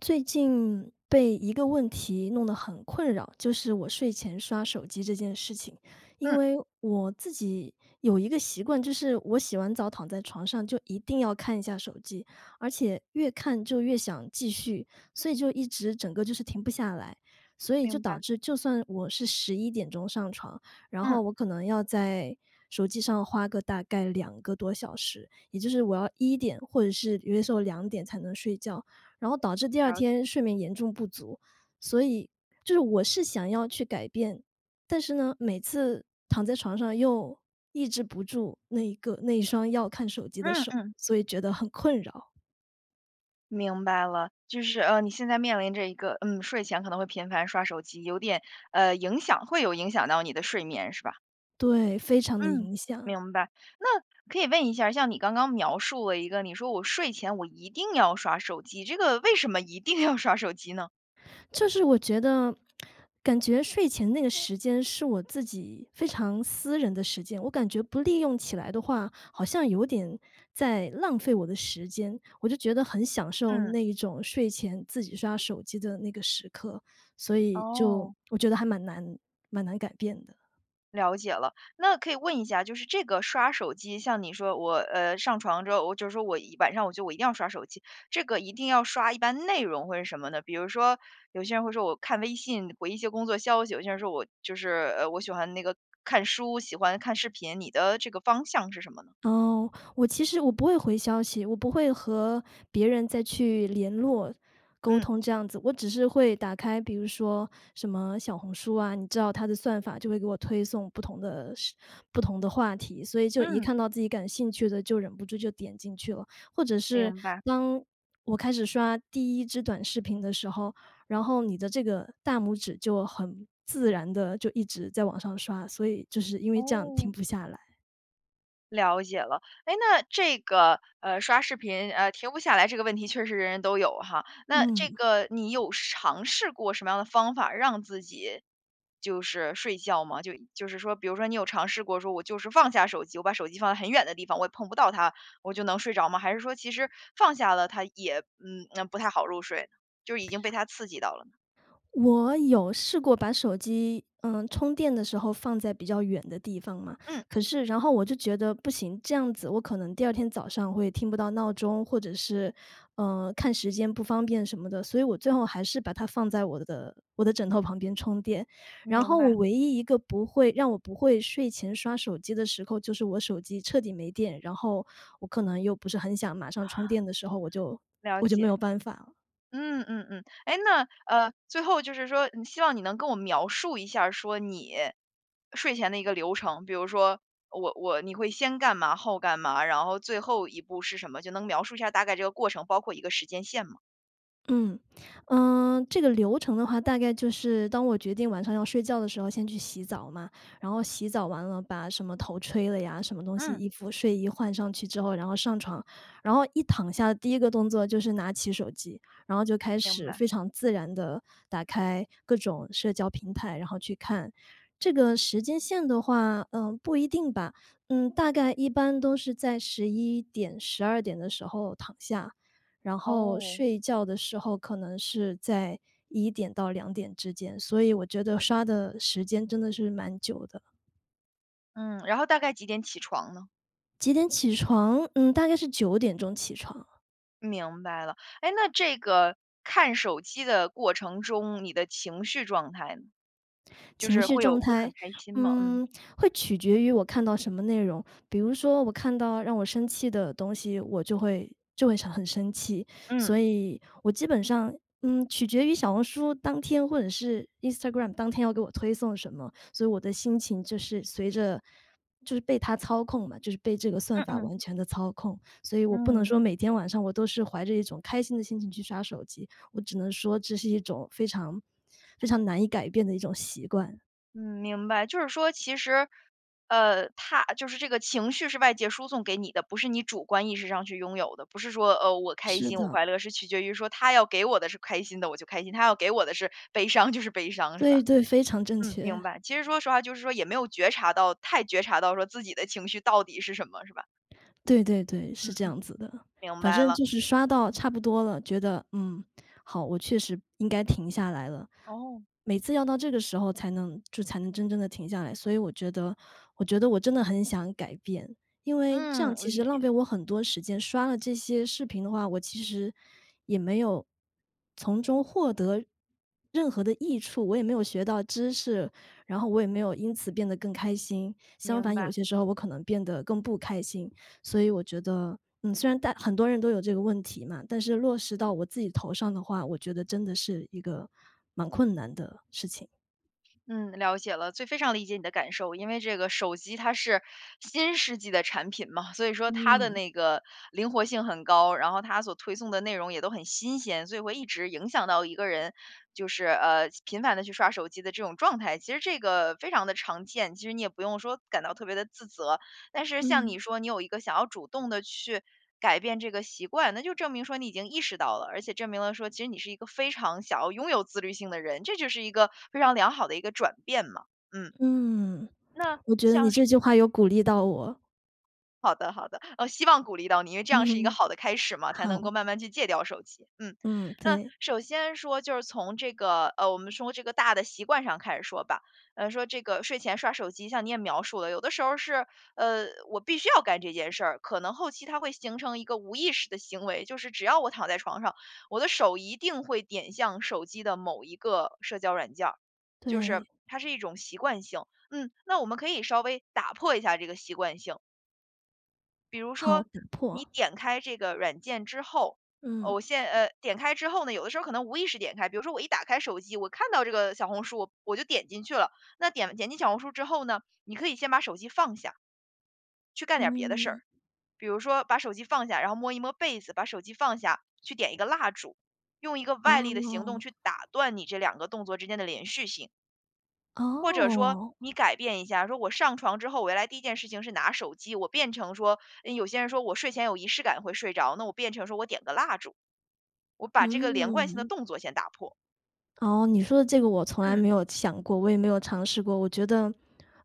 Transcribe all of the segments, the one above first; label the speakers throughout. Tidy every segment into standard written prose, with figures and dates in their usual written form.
Speaker 1: 最近被一个问题弄得很困扰，就是我睡前刷手机这件事情。因
Speaker 2: 嗯，
Speaker 1: 为我自己有一个习惯，就是我洗完澡躺在床上就一定要看一下手机，而且越看就越想继续，所以就一直整个就是停不下来。所以就
Speaker 2: 明
Speaker 1: 导
Speaker 2: 白，
Speaker 1: 致就算我是11点钟上床，然后
Speaker 2: 嗯，
Speaker 1: 我可能要在手机上花个大概2个多小时，也就是我要一点或者是有些时候两点才能睡觉。然后导致第二
Speaker 2: 了解
Speaker 1: 天睡眠严重不足。所以就是我是想要去改变，但是呢，每次躺在床上又抑制不住那一个那一双要看手机的
Speaker 2: 嗯
Speaker 1: 手，
Speaker 2: 嗯，
Speaker 1: 所以觉得很困扰。
Speaker 2: 明白了。就是你现在面临着一个，睡前可能会频繁刷手机，有点影响，会有影响到你的睡眠，是吧？
Speaker 1: 对，非常的
Speaker 2: 嗯，
Speaker 1: 影响。
Speaker 2: 明白。那可以问一下，像你刚刚描述了一个，你说我睡前我一定要刷手机，这个为什么一定要刷手机呢？
Speaker 1: 就是我觉得，感觉睡前那个时间是我自己非常私人的时间，我感觉不利用起来的话，好像有点在浪费我的时间。我就觉得很享受
Speaker 2: 嗯，
Speaker 1: 那一种睡前自己刷手机的那个时刻，所以就
Speaker 2: 哦。
Speaker 1: 我觉得还蛮难蛮难改变的。
Speaker 2: 了解了，那可以问一下，就是这个刷手机，像你说我上床之后，我就是说我一晚上我我一定要刷手机，这个一定要刷一般内容会是什么呢？比如说有些人会说我看微信回一些工作消息，有些人说我就是我喜欢那个看书，喜欢看视频，你的这个方向是什么呢？
Speaker 1: 哦，我其实我不会回消息，我不会和别人再去联络、沟
Speaker 2: 嗯
Speaker 1: 通这样子，我只是会打开，比如说什么小红书啊，你知道它的算法就会给我推送不同的话题，所以就一
Speaker 2: 嗯，
Speaker 1: 看到自己感兴趣的，就忍不住就点进去了。或者是
Speaker 2: 明白。
Speaker 1: 当我开始刷第一支短视频的时候，然后你的这个大拇指就很自然的就一直在往上刷，所以就是因为这样
Speaker 2: 哦，
Speaker 1: 停不下来。
Speaker 2: 了解了，哎，那这个刷视频停不下来这个问题，确实人人都有哈。那这
Speaker 1: 嗯。
Speaker 2: 个你有尝试过什么样的方法让自己就是睡觉吗？就是说，比如说你有尝试过说，我就是放下手机，我把手机放在很远的地方，我也碰不到它，我就能睡着吗？还是说其实放下了它也那不太好入睡呢就是已经被它刺激到了呢？
Speaker 1: 我有试过把手机，充电的时候放在比较远的地方嘛，
Speaker 2: 嗯，
Speaker 1: 可是然后我就觉得不行，这样子我可能第二天早上会听不到闹钟，或者是，看时间不方便什么的，所以我最后还是把它放在我的枕头旁边充电。然
Speaker 2: 明
Speaker 1: 后我
Speaker 2: 白，
Speaker 1: 唯一一个不会让我不会睡前刷手机的时候，就是我手机彻底没电，然后我可能又不是很想马上充电的时候，我就
Speaker 2: 了
Speaker 1: 我就没
Speaker 2: 解。
Speaker 1: 有办法了。
Speaker 2: 嗯嗯嗯，哎，那最后就是说，嗯希望你能跟我描述一下说你睡前的一个流程，比如说我你会先干嘛，后干嘛，然后最后一步是什么，就能描述一下大概这个过程，包括一个时间线吗？
Speaker 1: 嗯，这个流程的话，大概就是当我决定晚上要睡觉的时候，先去洗澡嘛，然后洗澡完了，把什么头吹了呀，什么东西，
Speaker 2: 嗯，
Speaker 1: 衣服、睡衣换上去之后，然后上床，然后一躺下，第一个动作就是拿起手机，然后就开
Speaker 2: 明
Speaker 1: 始
Speaker 2: 白。
Speaker 1: 非常自然的打开各种社交平台，然后去看。这个时间线的话，不一定吧，大概一般都是在11点、12点的时候躺下，然后
Speaker 2: 哦，
Speaker 1: 睡觉的时候可能是在1点到2点之间，所以我觉得刷的时间真的是蛮久的。
Speaker 2: 嗯，然后大概几点起床呢？
Speaker 1: 几点起床？嗯，大概是九点钟起床。
Speaker 2: 明白了。哎，那这个看手机的过程中，你的情绪状态呢？就
Speaker 1: 情
Speaker 2: 是
Speaker 1: 绪状
Speaker 2: 会很
Speaker 1: 态，
Speaker 2: 开心吗？嗯
Speaker 1: 嗯，会取决于我看到什么内容。比如说，我看到让我生气的东西，我就会很生气。所
Speaker 2: 嗯
Speaker 1: 以我基本上，取决于小红书当天或者是 Instagram 当天要给我推送什么，所以我的心情就是随着就是被它操控嘛，就是被这个算
Speaker 2: 嗯
Speaker 1: 法
Speaker 2: 嗯
Speaker 1: 完全的操控。所以我不能
Speaker 2: 嗯。
Speaker 1: 说每天晚上我都是怀着一种开心的心情去刷手机。我只能说这是一种非常非常难以改变的一种习惯。
Speaker 2: 嗯，明白。就是说其实，他就是这个情绪是外界输送给你的，不是你主观意识上去拥有的。不是说，我开
Speaker 1: 是
Speaker 2: 心，我快
Speaker 1: 的，
Speaker 2: 乐，是取决于说他要给我的是开心的，我就开心；他要给我的是悲伤，就是悲伤，是吧？
Speaker 1: 对对，非常正
Speaker 2: 嗯，明
Speaker 1: 确。
Speaker 2: 白。其实说实话，就是说也没有觉察到，太觉察到说自己的情绪到底是什么，是吧？
Speaker 1: 对对对，是
Speaker 2: 嗯
Speaker 1: 这
Speaker 2: 嗯，
Speaker 1: 样子的。
Speaker 2: 明
Speaker 1: 反
Speaker 2: 白
Speaker 1: 正
Speaker 2: 了。
Speaker 1: 就是刷到差不多了，觉得，好，我确实应该停下来了。
Speaker 2: 哦，
Speaker 1: 每次要到这个时候才能真正的停下来，所以我觉得我真的很想改变，因为这样
Speaker 2: 嗯，
Speaker 1: 其
Speaker 2: 理
Speaker 1: 实
Speaker 2: 解，
Speaker 1: 浪费我很多时间。刷了这些视频的话，我其实也没有从中获得任何的益处，我也没有学到知识，然后我也没有因此变得更开心。相
Speaker 2: 明
Speaker 1: 反，有
Speaker 2: 白。
Speaker 1: 些时候我可能变得更不开心，所以我觉得，虽然很多人都有这个问题嘛，但是落实到我自己头上的话，我觉得真的是一个蛮困难的事情。
Speaker 2: 嗯，了解了，最非常理解你的感受。因为这个手机它是新世纪的产品嘛，所以说它的
Speaker 1: 嗯，
Speaker 2: 那个灵活性很高，然后它所推送的内容也都很新鲜，所以会一直影响到一个人，就是频繁的去刷手机的这种状态。其实这个非常的常见，其实你也不用说感到特别的自责，但是像
Speaker 1: 嗯，
Speaker 2: 你说，你有一个想要主动的去改变这个习惯，那就证明说你已经意识到了，而且证明了说，其实你是一个非常想要拥有自律性的人，这就是一个非常良好的一个转变嘛。嗯，
Speaker 1: 嗯，
Speaker 2: 那
Speaker 1: 我觉得
Speaker 2: 像
Speaker 1: 你这句话有鼓励到我。
Speaker 2: 好的，好的，希望鼓励到你，因为这样是一个
Speaker 1: 嗯，
Speaker 2: 好的开始嘛，才能
Speaker 1: 好，
Speaker 2: 够慢慢去戒掉手机。嗯，
Speaker 1: 嗯，
Speaker 2: 那
Speaker 1: 对，
Speaker 2: 首先说就是从这个我们说这个大的习惯上开始说吧。说这个睡前刷手机，像你也描述了，有的时候是我必须要干这件事儿，可能后期它会形成一个无意识的行为，就是只要我躺在床上，我的手一定会点向手机的某一个社交软件儿，就是
Speaker 1: 对，
Speaker 2: 它是一种习惯性。嗯，那我们可以稍微打破一下这个习惯性。比如
Speaker 1: 好，
Speaker 2: 说
Speaker 1: 打
Speaker 2: 你
Speaker 1: 破，
Speaker 2: 点开这个软件之后，
Speaker 1: 嗯，
Speaker 2: 点开之后呢，有的时候可能无意识点开，比如说我一打开手机，我看到这个小红书，我就点进去了。那点进小红书之后呢，你可以先把手机放下，去干点别的事儿，
Speaker 1: 嗯，
Speaker 2: 比如说把手机放下，然后摸一摸被子，把手机放下，去点一个蜡烛，用一个外力的行动
Speaker 1: 哦，
Speaker 2: 去打断你这两个动作之间的连续性。或者说
Speaker 1: 哦，
Speaker 2: 你改变一下，说我上床之后，我原来第一件事情是拿手机，我变成说，有些人说我睡前有仪式感会睡着，那我变成说我点个蜡烛，我把这个连贯性的
Speaker 1: 嗯。
Speaker 2: 动作先打破。
Speaker 1: 哦，你说的这个我从来
Speaker 2: 嗯
Speaker 1: 没有想过，我也没有尝试过。我觉得，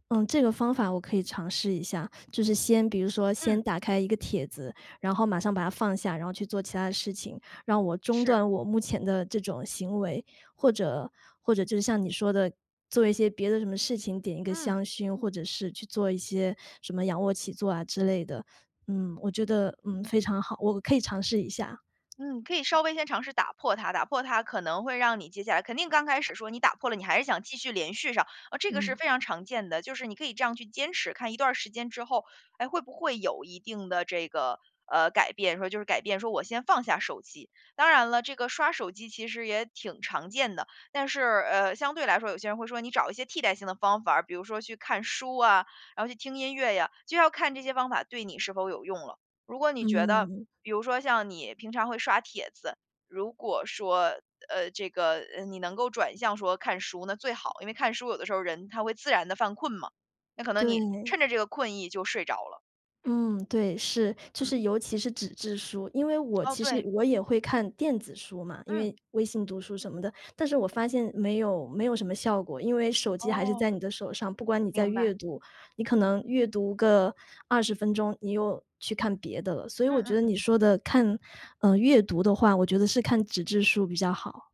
Speaker 1: 这个方法我可以尝试一下，就是先比如说先
Speaker 2: 嗯，
Speaker 1: 打开一个帖子，然后马上把它放下，然后去做其他的事情，让我中
Speaker 2: 是，
Speaker 1: 断我目前的这种行为，或者或者就是像你说的，做一些别的什么事情，点一个
Speaker 2: 嗯。
Speaker 1: 香薰，或者是去做一些什么仰卧起坐啊之类的。我觉得，非常好，我可以尝试一下。
Speaker 2: 嗯，可以稍微先尝试打破它，打破它可能会让你接下来肯定刚开始说你打破了，你还是想继续连续上，啊，这个是
Speaker 1: 嗯
Speaker 2: 非常常见的，就是你可以这样去坚持，看一段儿时间之后，哎，会不会有一定的这个改变？说就是改变，说我先放下手机。当然了，这个刷手机其实也挺常见的，但是相对来说，有些人会说你找一些替代性的方法儿比如说去看书啊，然后去听音乐呀，就要看这些方法对你是否有用了。如果你觉得
Speaker 1: 嗯，
Speaker 2: 比如说像你平常会刷帖子，如果说，你能够转向说看书，那最好，因为看书有的时候人他会自然的犯困嘛，那可能你
Speaker 1: 对。
Speaker 2: 趁着这个困意就睡着了。
Speaker 1: 嗯，对，是，就
Speaker 2: 嗯，
Speaker 1: 是尤其是纸质书，因为我
Speaker 2: 哦，
Speaker 1: 其实
Speaker 2: 对，
Speaker 1: 我也会看电子书嘛，因
Speaker 2: 嗯，
Speaker 1: 为微信读书什么的，但是我发现没有什么效果，因为手机还是
Speaker 2: 哦，
Speaker 1: 在你的手上，不管你在
Speaker 2: 明白，
Speaker 1: 阅读，你可能阅读个20分钟，你又去看别的了，所以我觉
Speaker 2: 嗯
Speaker 1: 得
Speaker 2: 嗯。
Speaker 1: 你说的看，阅读的话，我觉得是看纸质书比较好。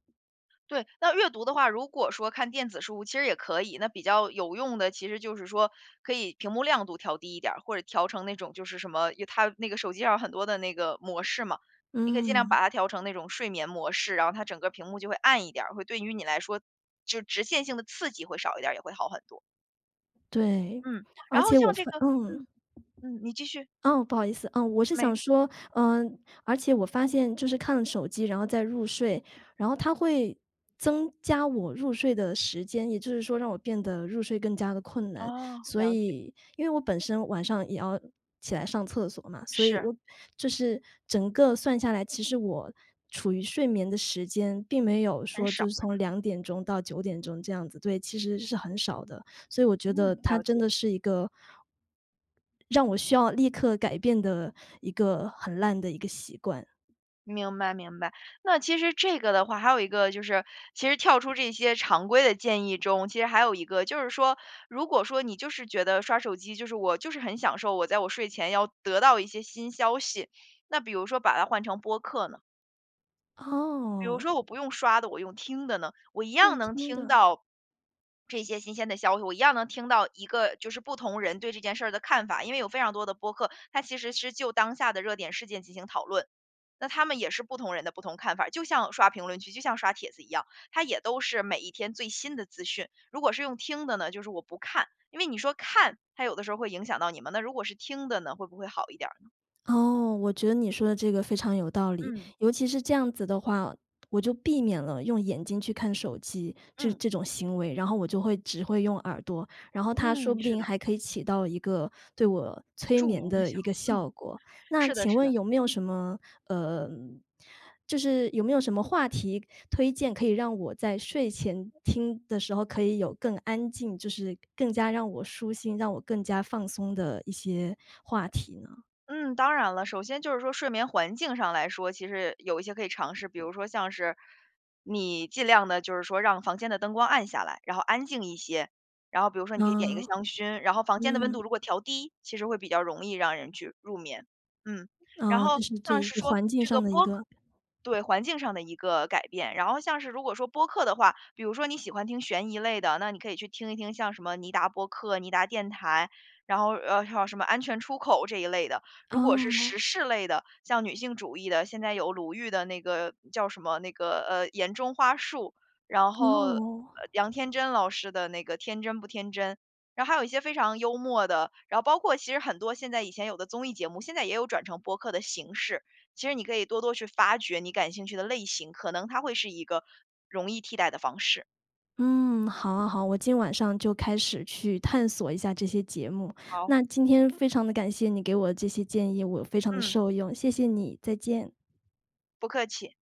Speaker 2: 对，那阅读的话，如果说看电子书其实也可以，那比较有用的其实就是说可以屏幕亮度调低一点儿，或者调成那种就是什么，因为它那个手机上有很多的那个模式嘛，你可以尽量
Speaker 1: 嗯，
Speaker 2: 把它调成那种睡眠模式，然后它整个屏幕就会暗一点儿，会对于你来说就直线性的刺激会少一点儿，也会好很多。
Speaker 1: 对。
Speaker 2: 嗯，
Speaker 1: 而
Speaker 2: 然后
Speaker 1: 且我
Speaker 2: 像这
Speaker 1: 发
Speaker 2: 个
Speaker 1: 嗯。
Speaker 2: 嗯，嗯，你继续，
Speaker 1: 哦，不好意思，我是想
Speaker 2: 没
Speaker 1: 说，嗯，而且我发现就是看了手机，然后再入睡，然后它会增加我入睡的时间，也就是说让我变得入睡更加的困难。
Speaker 2: 哦，
Speaker 1: 所
Speaker 2: 了解，
Speaker 1: 以因为我本身晚上也要起来上厕所嘛，所以
Speaker 2: 是，
Speaker 1: 我就是整个算下来，其实我处于睡眠的时间并没有
Speaker 2: 很
Speaker 1: 说就
Speaker 2: 少，
Speaker 1: 是从2点钟到九点钟这样子，对，其实是很少的。所以我觉得
Speaker 2: 嗯，
Speaker 1: 它
Speaker 2: 了
Speaker 1: 真
Speaker 2: 解。
Speaker 1: 的是一个让我需要立刻改变的一个很烂的一个习惯。
Speaker 2: 明白明白，那其实这个的话，还有一个就是，其实跳出这些常规的建议中，其实还有一个就是说，如果说你就是觉得刷手机，就是我就是很享受我在我睡前要得到一些新消息，那比如说把它换成播客呢？比如
Speaker 1: 哦，
Speaker 2: 说我不用刷的，我用听的呢，我一样
Speaker 1: 用
Speaker 2: 能
Speaker 1: 听
Speaker 2: 听
Speaker 1: 的。
Speaker 2: 到这些新鲜的消息，我一样能听到一个就是不同人对这件事儿的看法。因为有非常多的播客，它其实是就当下的热点事件进行讨论，那他们也是不同人的不同看法，就像刷评论区，就像刷帖子一样，它也都是每一天最新的资讯。如果是用听的呢，就是我不看，因为你说看，它有的时候会影响到你们。那如果是听的呢，会不会好一点儿呢？
Speaker 1: 哦，我觉得你说的这个非常有道理，
Speaker 2: 嗯
Speaker 1: 尤其是这样子的话，我就避免了用眼睛去看手机这
Speaker 2: 嗯
Speaker 1: 这种行为，然后我就会只会用耳朵，然后它说
Speaker 2: 嗯，
Speaker 1: 不
Speaker 2: 是
Speaker 1: 定
Speaker 2: 的，
Speaker 1: 还可以起到一个对我催
Speaker 2: 助
Speaker 1: 眠
Speaker 2: 眠的
Speaker 1: 的
Speaker 2: 效
Speaker 1: 一个
Speaker 2: 果，嗯，
Speaker 1: 效果。那
Speaker 2: 是的
Speaker 1: 请
Speaker 2: 是
Speaker 1: 问
Speaker 2: 的。
Speaker 1: 有没有什么呃，就是有没有什么话题推荐可以让我在睡前听的时候可以有更安静，就是更加让我舒心，让我更加放松的一些话题呢？
Speaker 2: 嗯，当然了，首先就是说睡眠环境上来说，其实有一些可以尝试，比如说像是你尽量的，就是说让房间的灯光暗下来，然后安静一些，然后比如说你可以点一个
Speaker 1: 嗯。
Speaker 2: 香薰，然后房间的温度
Speaker 1: 嗯，
Speaker 2: 如果调低，其实会比较容易让人去入眠。嗯，然
Speaker 1: 哦，这
Speaker 2: 后
Speaker 1: 是
Speaker 2: 像
Speaker 1: 对一
Speaker 2: 是
Speaker 1: 个
Speaker 2: 说
Speaker 1: 环境
Speaker 2: 这个
Speaker 1: 上的一
Speaker 2: 播客。
Speaker 1: 个。
Speaker 2: 对环境上的一个改变，然后像是如果说播客的话，比如说你喜欢听悬疑类的，那你可以去听一听像什么尼达播客、尼达电台，然后还有什么安全出口这一类的，如果是
Speaker 1: 哦，
Speaker 2: 时事类的，像女性主义的，现在有鲁豫的那个叫什么那个《眼中花树》，然后
Speaker 1: 哦，
Speaker 2: 杨天真老师的那个《天真不天真》，然后还有一些非常幽默的，然后包括其实很多现在以前有的综艺节目，现在也有转成播客的形式。其实你可以多多去发掘你感兴趣的类型，可能它会是一个容易替代的方式。
Speaker 1: 嗯，好啊好，我今晚上就开始去探索一下这些节目。
Speaker 2: 好，
Speaker 1: 那今天非常的感谢你给我这些建议，我非常的受
Speaker 2: 嗯，
Speaker 1: 用，谢谢你，再见。
Speaker 2: 不客气。